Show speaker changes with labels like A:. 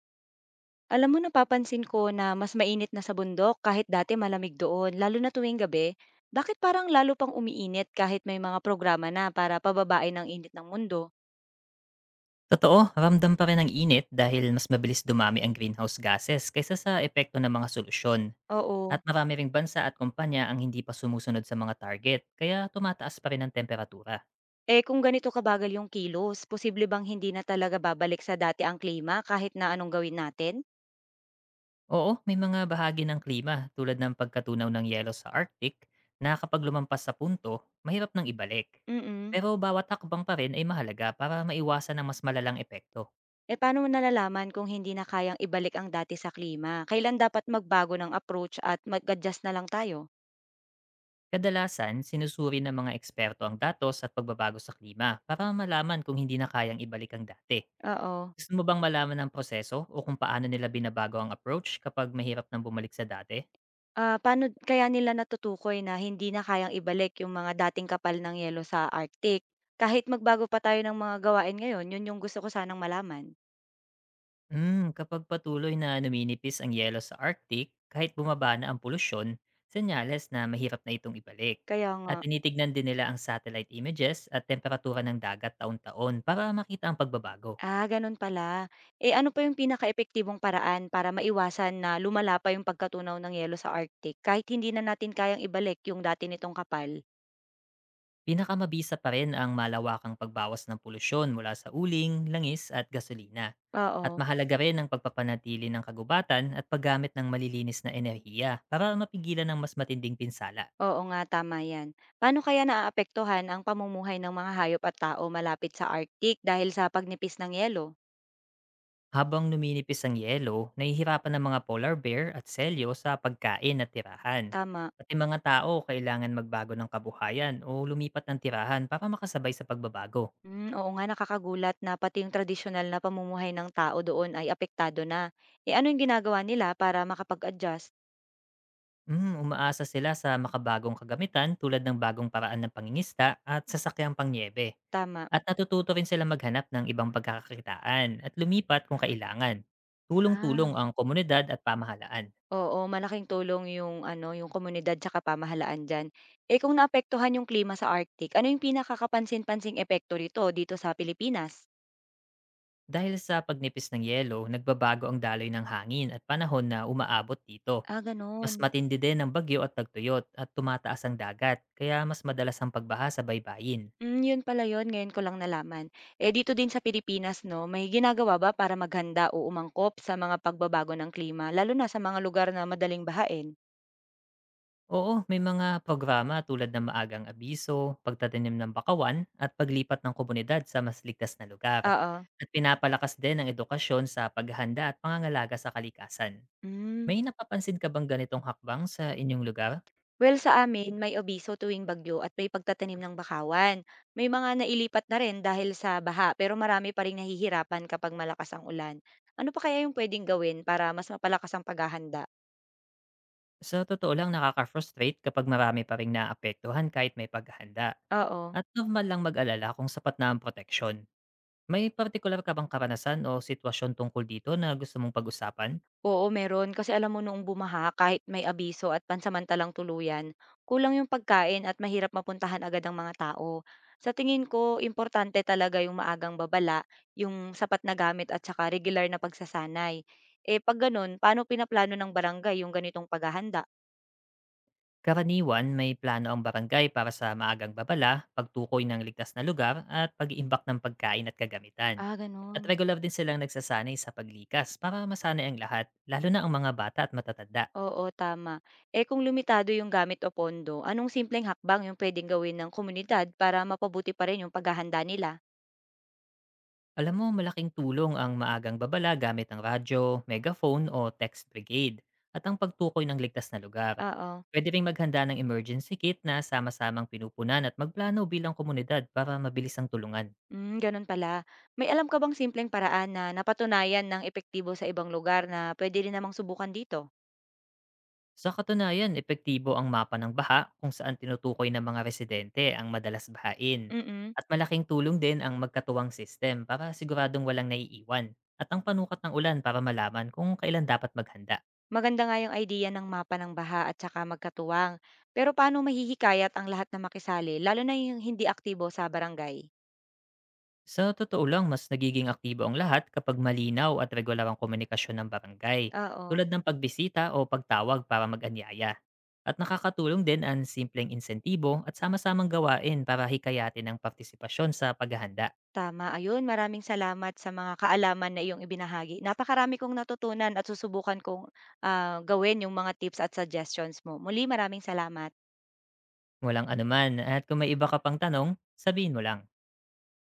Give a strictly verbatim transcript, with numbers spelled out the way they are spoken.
A: Alam mo napapansin ko na mas mainit na sa bundok kahit dati malamig doon, lalo na tuwing gabi. Bakit parang lalo pang umiinit kahit may mga programa na para pababain ang init ng mundo?
B: Totoo, ramdam pa rin ang init dahil mas mabilis dumami ang greenhouse gases kaysa sa epekto ng mga solusyon. At
A: Oo.
B: marami ring bansa at kumpanya ang hindi pa sumusunod sa mga target, kaya tumataas pa rin ang temperatura.
A: Eh kung ganito kabagal yung kilos, posible bang hindi na talaga babalik sa dati ang klima kahit na anong gawin natin?
B: Oo, may mga bahagi ng klima tulad ng pagkatunaw ng yelo sa Arctic na kapag lumampas sa punto, mahirap nang ibalik.
A: Mm.
B: Pero bawat hakbang pa rin ay mahalaga para maiwasan ang mas malalang epekto.
A: Eh paano mo nalalaman kung hindi na kayang ibalik ang dati sa klima? Kailan dapat magbago ng approach at mag-adjust na lang tayo?
B: Kadalasan, sinusuri ng mga eksperto ang datos at pagbabago sa klima para malaman kung hindi na kayang ibalik ang dati.
A: Oo.
B: Gusto mo bang malaman ang proseso o kung paano nila binabago ang approach kapag mahirap nang bumalik sa dati?
A: Ah, paano kaya nila natutukoy na hindi na kayang ibalik yung mga dating kapal ng yelo sa Arctic? Kahit magbago pa tayo ng mga gawain ngayon, yun yung gusto ko sanang malaman.
B: Hmm, kapag patuloy na numinipis ang yelo sa Arctic, kahit bumaba na ang polusyon, senyales na mahirap na itong ibalik.
A: Kaya nga.
B: At tinitignan din nila ang satellite images at temperatura ng dagat taon-taon para makita ang pagbabago.
A: Ah, ganun pala. Eh ano pa yung pinakaepektibong paraan para maiwasan na lumala pa yung pagkatunaw ng yelo sa Arctic kahit hindi na natin kayang ibalik yung dati nitong kapal?
B: Pinakamabisa pa rin ang malawakang pagbawas ng polusyon mula sa uling, langis at gasolina. At
A: Oo.
B: mahalaga rin ang pagpapanatili ng kagubatan at paggamit ng malilinis na enerhiya para mapigilan ng mas matinding pinsala.
A: Oo nga, tama yan. Paano kaya naaapektuhan ang pamumuhay ng mga hayop at tao malapit sa Arctic dahil sa pagnipis ng yelo?
B: Habang numinipis ang yelo, nahihirapan ng mga polar bear at selyo sa pagkain at tirahan.
A: Tama.
B: Pati mga tao kailangan magbago ng kabuhayan o lumipat ng tirahan para makasabay sa pagbabago.
A: Hmm, oo nga, nakakagulat na pati yung tradisyonal na pamumuhay ng tao doon ay apektado na. Eh, ano yung ginagawa nila para makapag-adjust?
B: Mm, umaasa sila sa makabagong kagamitan tulad ng bagong paraan ng pangingista at sasakyang pangnyebe.
A: Tama.
B: At natututo rin sila maghanap ng ibang pagkakakitaan at lumipat kung kailangan.
A: Ah.
B: Tulong-tulong ang komunidad at pamahalaan.
A: Oo, malaking tulong yung ano, yung komunidad tsaka pamahalaan diyan. Eh, kung naapektuhan yung klima sa Arctic, ano yung pinakakapansin-pansing epekto nito dito sa Pilipinas?
B: Dahil sa pagnipis ng yelo, nagbabago ang daloy ng hangin at panahon na umaabot dito.
A: Ah,
B: Mas
A: ganun.
B: matindi din ang bagyo at tagtuyot at tumataas ang dagat, kaya mas madalas ang pagbaha sa baybayin.
A: Hmm, yun pala yun, ngayon ko lang nalaman. Eh, dito din sa Pilipinas, no, may ginagawa ba para maghanda o umangkop sa mga pagbabago ng klima, lalo na sa mga lugar na madaling bahain?
B: Oo, may mga programa tulad ng maagang abiso, pagtatanim ng bakawan, at paglipat ng komunidad sa mas ligtas na lugar.
A: Oo.
B: At pinapalakas din ang edukasyon sa paghahanda at pangangalaga sa kalikasan.
A: Hmm.
B: May napapansin ka bang ganitong hakbang sa inyong lugar?
A: Well, sa amin may obiso tuwing bagyo at may pagtatanim ng bakawan. May mga nailipat na rin dahil sa baha pero marami pa ring nahihirapan kapag malakas ang ulan. Ano pa kaya yung pwedeng gawin para mas mapalakas ang paghahanda?
B: Sa totoo lang nakaka-frustrate kapag marami pa rin naapektuhan kahit may paghahanda.
A: Oo.
B: At normal lang mag-alala kung sapat na ang proteksyon. May particular ka bang karanasan o sitwasyon tungkol dito na gusto mong pag-usapan?
A: Oo, meron. Kasi alam mo noong bumaha, kahit may abiso at pansamantalang tuluyan, kulang yung pagkain at mahirap mapuntahan agad ang mga tao. Sa tingin ko, importante talaga yung maagang babala, yung sapat na gamit at saka regular na pagsasanay. Eh pag ganun, paano pinaplano ng barangay yung ganitong paghahanda?
B: Karaniwan, may plano ang barangay para sa maagang babala, pagtukoy ng ligtas na lugar, at pag-iimbak ng pagkain at kagamitan.
A: Ah,
B: At
A: ganun.
B: regular din silang nagsasanay sa paglikas para masanay ang lahat, lalo na ang mga bata at matatanda.
A: Oo, tama. Eh kung limitado yung gamit o pondo, anong simpleng hakbang yung pwedeng gawin ng komunidad para mapabuti pa rin yung paghahanda nila?
B: Alam mo, malaking tulong ang maagang babala gamit ang radyo, megaphone o text brigade, at ang pagtukoy ng ligtas na lugar.
A: Oo.
B: Pwede rin maghanda ng emergency kit na sama-samang pinupunan at magplano bilang komunidad para mabilis ang tulungan.
A: Hmm, gano'n pala. May alam ka bang simpleng paraan na napatunayan ng epektibo sa ibang lugar na puwede rin namang subukan dito?
B: Sa katunayan, epektibo ang mapa ng baha kung saan tinutukoy ng mga residente ang madalas bahain.
A: Mm,
B: At malaking tulong din ang magkatuwang system para siguradong walang naiiwan at ang panukat ng ulan para malaman kung kailan dapat maghanda.
A: maganda nga yung idea ng mapa ng baha at saka magkatuwang. Pero paano mahihikayat ang lahat na makisali, lalo na yung hindi aktibo sa barangay?
B: Sa totoo lang, mas nagiging aktibo ang lahat kapag malinaw at regular ang komunikasyon ng barangay,
A: Oo,
B: tulad ng pagbisita o pagtawag para mag-anyaya. At nakakatulong din ang simpleng insentibo at sama-samang gawain para hikayatin ang partisipasyon sa paghahanda.
A: tama. Ayun, maraming salamat sa mga kaalaman na iyong ibinahagi. Napakarami kong natutunan at susubukan kong, ah, gawin yung mga tips at suggestions mo. Muli, maraming salamat.
B: Walang anuman at kung may iba ka pang tanong, sabihin mo lang.